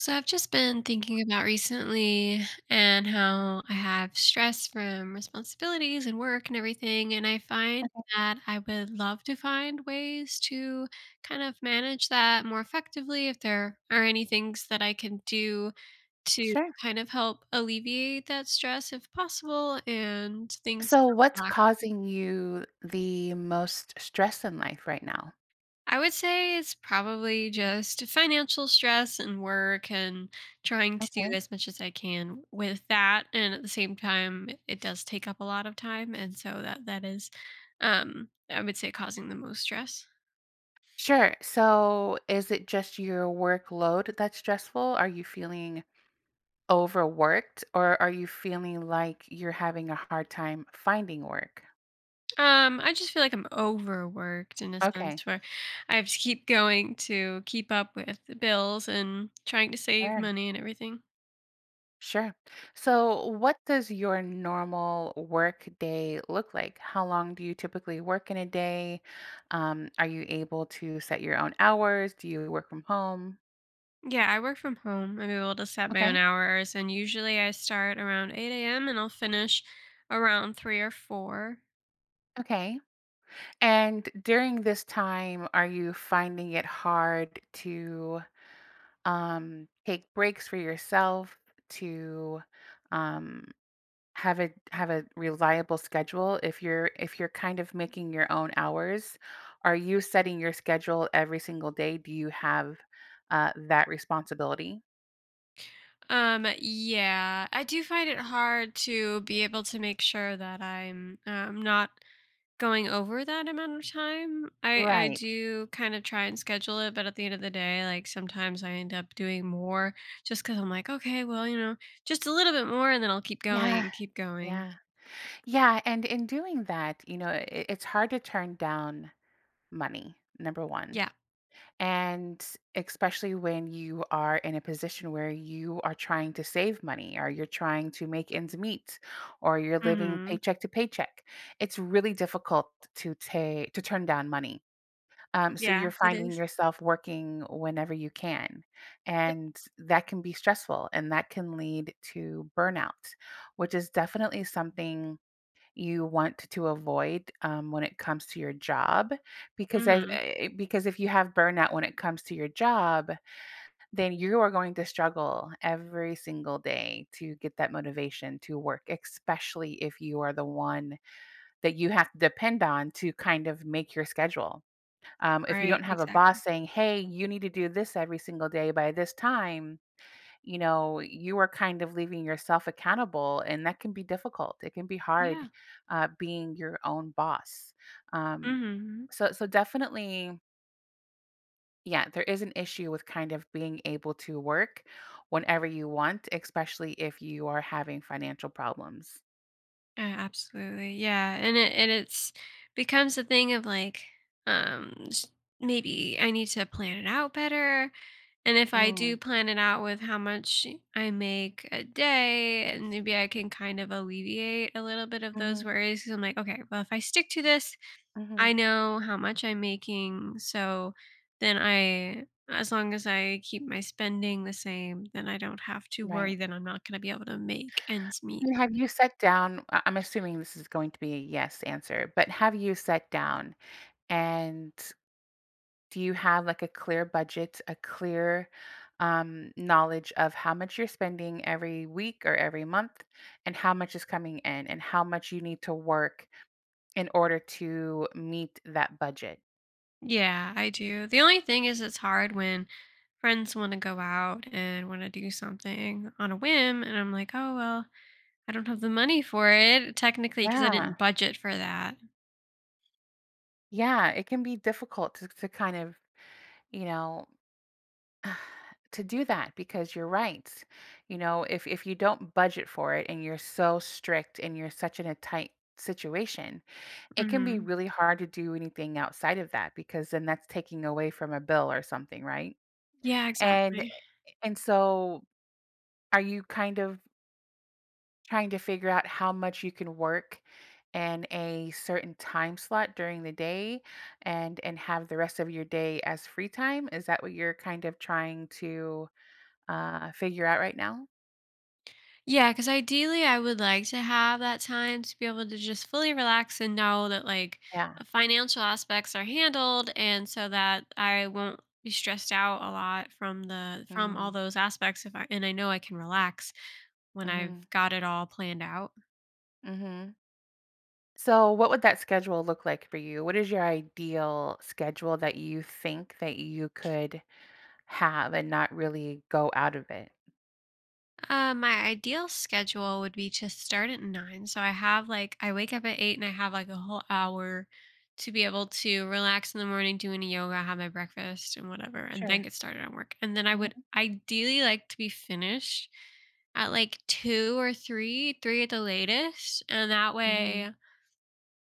So I've just been thinking about recently and how I have stress from responsibilities and work and everything. And I find that I would love to find ways to kind of manage that more effectively if there are any things that I can do to Sure. kind of help alleviate that stress if possible and things. So, what's causing you the most stress in life right now? I would say it's probably just financial stress and work and trying to do Okay. as much as I can with that. And at the same time, it does take up a lot of time. And so that is I would say causing the most stress. Sure. So, is it just your workload that's stressful? Are you feeling overworked, or are you feeling like you're having a hard time finding work? I just feel like I'm overworked in a Okay. sense where I have to keep going to keep up with the bills and trying to save Sure. money and everything. Sure. So, what does your normal work day look like? How long do you typically work in a day? Are you able to set your own hours? Do you work from home? Yeah, I work from home. I'm able to set my own Okay. hours, and usually I start around 8 a.m. and I'll finish around 3 or 4. Okay. And during this time, are you finding it hard to take breaks for yourself to um, have a reliable schedule? If you're kind of making your own hours, are you setting your schedule every single day? Do you have that responsibility? Yeah, I do find it hard to be able to make sure that I'm not going over that amount of time. I Right. do kind of try and schedule it, but at the end of the day, like sometimes I end up doing more just because I'm like, okay, well, just a little bit more, and then I'll keep going Yeah. and keep going. Yeah. Yeah. And in doing that, you know, it's hard to turn down money, number one. Yeah. And especially when you are in a position where you are trying to save money, or you're trying to make ends meet, or you're living Mm-hmm. paycheck to paycheck, it's really difficult to take to turn down money. So you're Yeah, it finding is. yourself working whenever you can. Yep. And that can be stressful, and that can lead to burnout, which is definitely something you want to avoid when it comes to your job, Mm-hmm. Because if you have burnout when it comes to your job, then you are going to struggle every single day to get that motivation to work, especially if you are the one that you have to depend on to kind of make your schedule. If you don't Right, have a exactly. boss saying, hey, you need to do this every single day by this time, you know, you are kind of leaving yourself accountable, and that can be difficult. It can be hard Yeah. Being your own boss. Um, Mhm. so definitely, yeah, there is an issue with kind of being able to work whenever you want, especially if you are having financial problems. Yeah, absolutely. Yeah, and it's becomes a thing of like, um, s- maybe I need to plan it out better. And if I do Mm, plan it out with how much I make a day, and maybe I can kind of alleviate a little bit of those hmm worries. 'Cause I'm like, okay, well, if I stick to this, hmm I know how much I'm making, so then I as long as I keep my spending the same, then I don't have to right. worry that I'm not gonna be able to make ends I meet. mean, have you sat down? I'm assuming this is going to be a yes answer, but have you sat down and do you have like a clear budget, a clear knowledge of how much you're spending every week or every month, and how much is coming in, and how much you need to work in order to meet that budget? Yeah, I do. The only thing is it's hard when friends wanna go out and wanna do something on a whim, and I'm like, "Oh, well, I don't have the money for it," technically because I didn't Yeah, budget for that. yeah, it can be difficult to, kind of, you know, to do that because you're right. You know, if you don't budget for it and you're so strict and you're such in a tight situation, it can be Mhm. really hard to do anything outside of that because then that's taking away from a bill or something, right? Yeah, And exactly. and so are you kind of trying to figure out how much you can work in a certain time slot during the day and have the rest of your day as free time? Is that what you're kind of trying to figure out right now? Yeah, because ideally, I would like to have that time to be able to just fully relax and know that like Yeah. the financial aspects are handled, and so that I won't be stressed out a lot from all Mhm. those aspects. If I and I know I can relax when I've Mhm. got it all planned out. Mhm. So, what would that schedule look like for you? What is your ideal schedule that you think that you could have and not really go out of it? My ideal schedule would be to start at 9. So I have like, I wake up at 8 and I have like a whole hour to be able to relax in the morning, do any yoga, have my breakfast and whatever, and then Sure. get started on work. And then I Mhm. would ideally like to be finished at like two or three, three at the latest. And that Mhm. way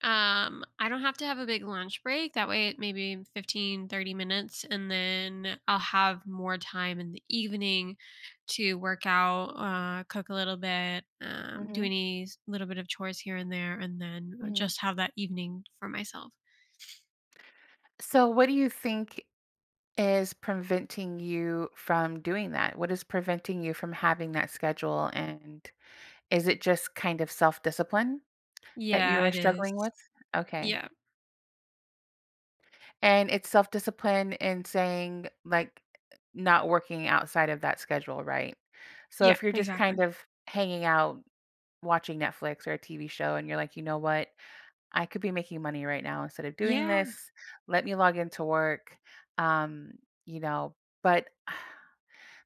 I don't have to have a big lunch break. That way, it maybe 15, 30 minutes, and then I'll have more time in the evening to work out, cook a little bit, do Mhm. any little bit of chores here and there, and then Mhm. just have that evening for myself. So, what do you think is preventing you from doing that? What is preventing you from having that schedule? And is it just kind of self discipline that you Yeah, are it is. struggling with? Okay. Yeah. And it's self-discipline in saying, like, not working outside of that schedule, right? So Yeah, if you're just kind exactly. of hanging out, watching Netflix or a TV show, and you're like, "You know what? I could be making money right now instead of doing Yeah, this. Let me log into work." Um, you know, but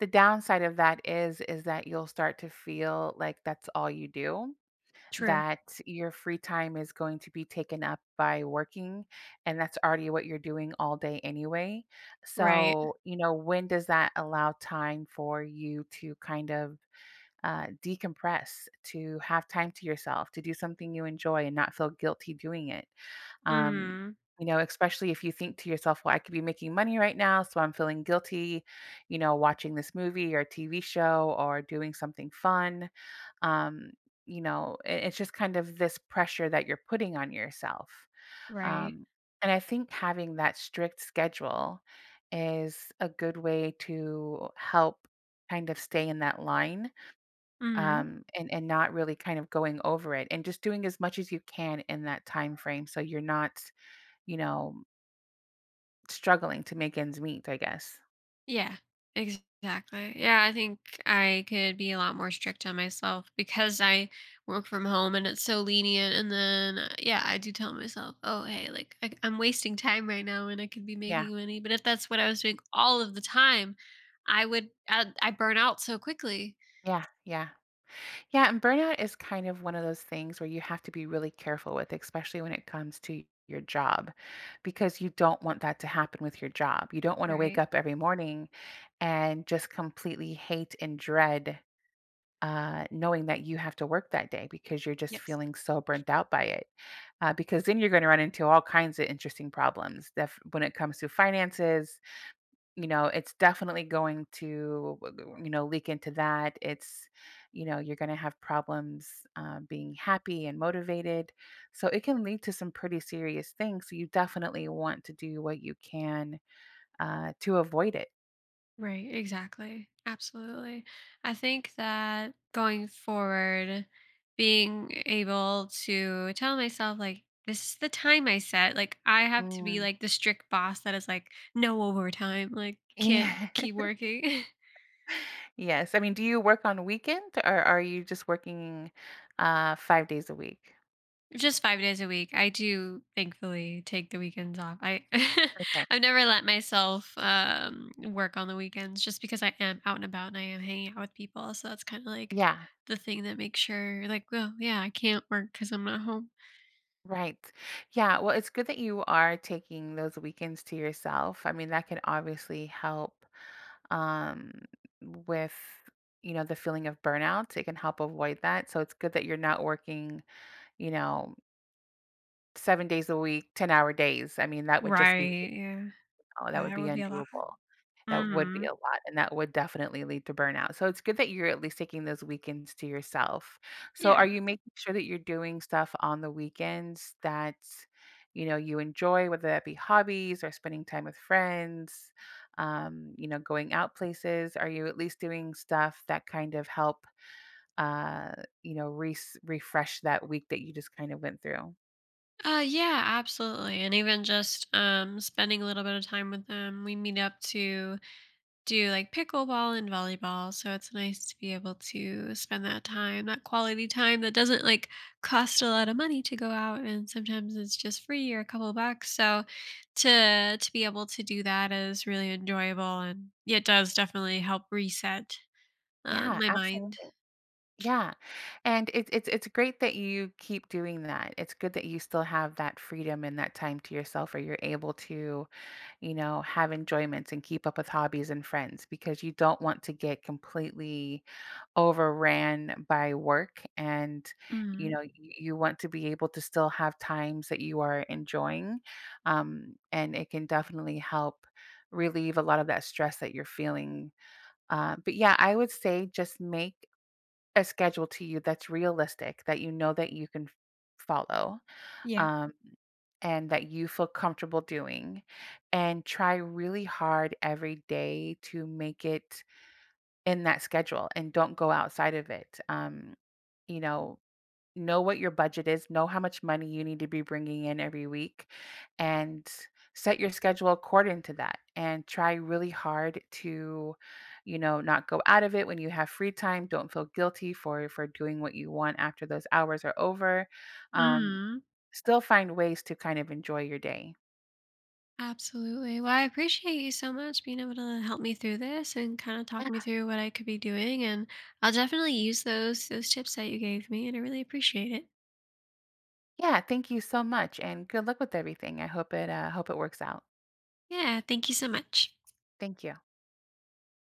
the downside of that is that you'll start to feel like that's all you do, true. that your free time is going to be taken up by working, and that's already what you're doing all day anyway. Right. So, you know, when does that allow time for you to kind of decompress, to have time to yourself, to do something you enjoy and not feel guilty doing it? Um, Mm, you know, especially if you think to yourself, well, I could be making money right now, so I'm feeling guilty, you know, watching this movie or TV show or doing something fun. um you know, it's just kind of this pressure that you're putting on yourself. right. um and I think having that strict schedule is a good way to help kind of stay in that line. Mm. And not really kind of going over it and just doing as much as you can in that time frame, so you're not, you know, struggling to make ends meet, I guess. Yeah, exactly. Yeah, I think I could be a lot more strict on myself because I work from home and it's so lenient. And then, yeah, I do tell myself, oh, hey, like I'm wasting time right now and I could be yeah making money. But if that's what I was doing all of the time, I burn out so quickly. yeah yeah. Yeah, and burnout is kind of one of those things where you have to be really careful with, especially when it comes to your job, because you don't want that to happen with your job. You don't want to wake Right. up every morning and just completely hate and dread knowing that you have to work that day because you're just Yes. feeling so burnt out by it. Because then you're going to run into all kinds of interesting problems when it comes to finances, you know, it's definitely going to, you know, leak into that. It's You know, you're gonna have problems, being happy and motivated. So it can lead to some pretty serious things, so you definitely want to do what you can, to avoid it. Right, exactly. Absolutely. I think that going forward, being able to tell myself, like, this is the time I set. Like, I have to be Mm. like the strict boss that is like, no overtime, like, can't Yeah. keep working. Yes, I mean, do you work on weekend, or are you just working, 5 days a week? Just 5 days a week. I do thankfully take the weekends off. I Okay. I've never let myself, work on the weekends just because I am out and about and I am hanging out with people, so that's kinda like Yeah, the thing that makes sure like, well, yeah, I can't work because 'cause I'm not home." right. Yeah, well, it's good that you are taking those weekends to yourself. I mean, that can obviously help um, with, you know, the feeling of burnout. It can help avoid that, so it's good that you're not working, you know, 7 days a week, 10 hour days. I mean, that would just be, Right, yeah. oh, that would That be would be a lot. undoable. That would be Mhm. a lot, and that would definitely lead to burnout. So it's good that you're at least taking those weekends to yourself. So Yeah. are you making sure that you're doing stuff on the weekends that, you know, you enjoy, whether that be hobbies or spending time with friends, you know, going out places? Are you at least doing stuff that kind of help, uh, you know, re refresh that week that you just kind of went through? Yeah, absolutely. And even just spending a little bit of time with them. We meet up to do like pickleball and volleyball. So it's nice to be able to spend that time, that quality time that doesn't like cost a lot of money to go out and sometimes it's just free or a couple bucks. So to be able to do that is really enjoyable and yeah, it does definitely help reset Yeah, my mind. absolutely. Yeah, and it's it's great that you keep doing that. It's good that you still have that freedom and that time to yourself, or you're able to, you know, have enjoyments and keep up with hobbies and friends because you don't want to get completely overran by work. And you Mm. know, you want to be able to still have times that you are enjoying, and it can definitely help relieve a lot of that stress that you're feeling. But yeah, I would say just make a schedule to you that's realistic, that you know that you can f follow, Yeah. um, and that you feel comfortable doing, and try really hard every day to make it in that schedule and don't go outside of it. You know what your budget is, know how much money you need to be bringing in every week, and set your schedule according to that. And try really hard to, you know, not go out of it when you have free time. Don't feel guilty for doing what you want after those hours are over. Um, Mm. Still find ways to kind of enjoy your day. Absolutely. Well, I appreciate you so much being able to help me through this and kind of talk me through what I could be doing. And I'll definitely use those tips that you gave me, and I really appreciate it. Yeah, thank you so much, and good luck with everything. I hope it works out. Yeah, thank you so much. Thank you.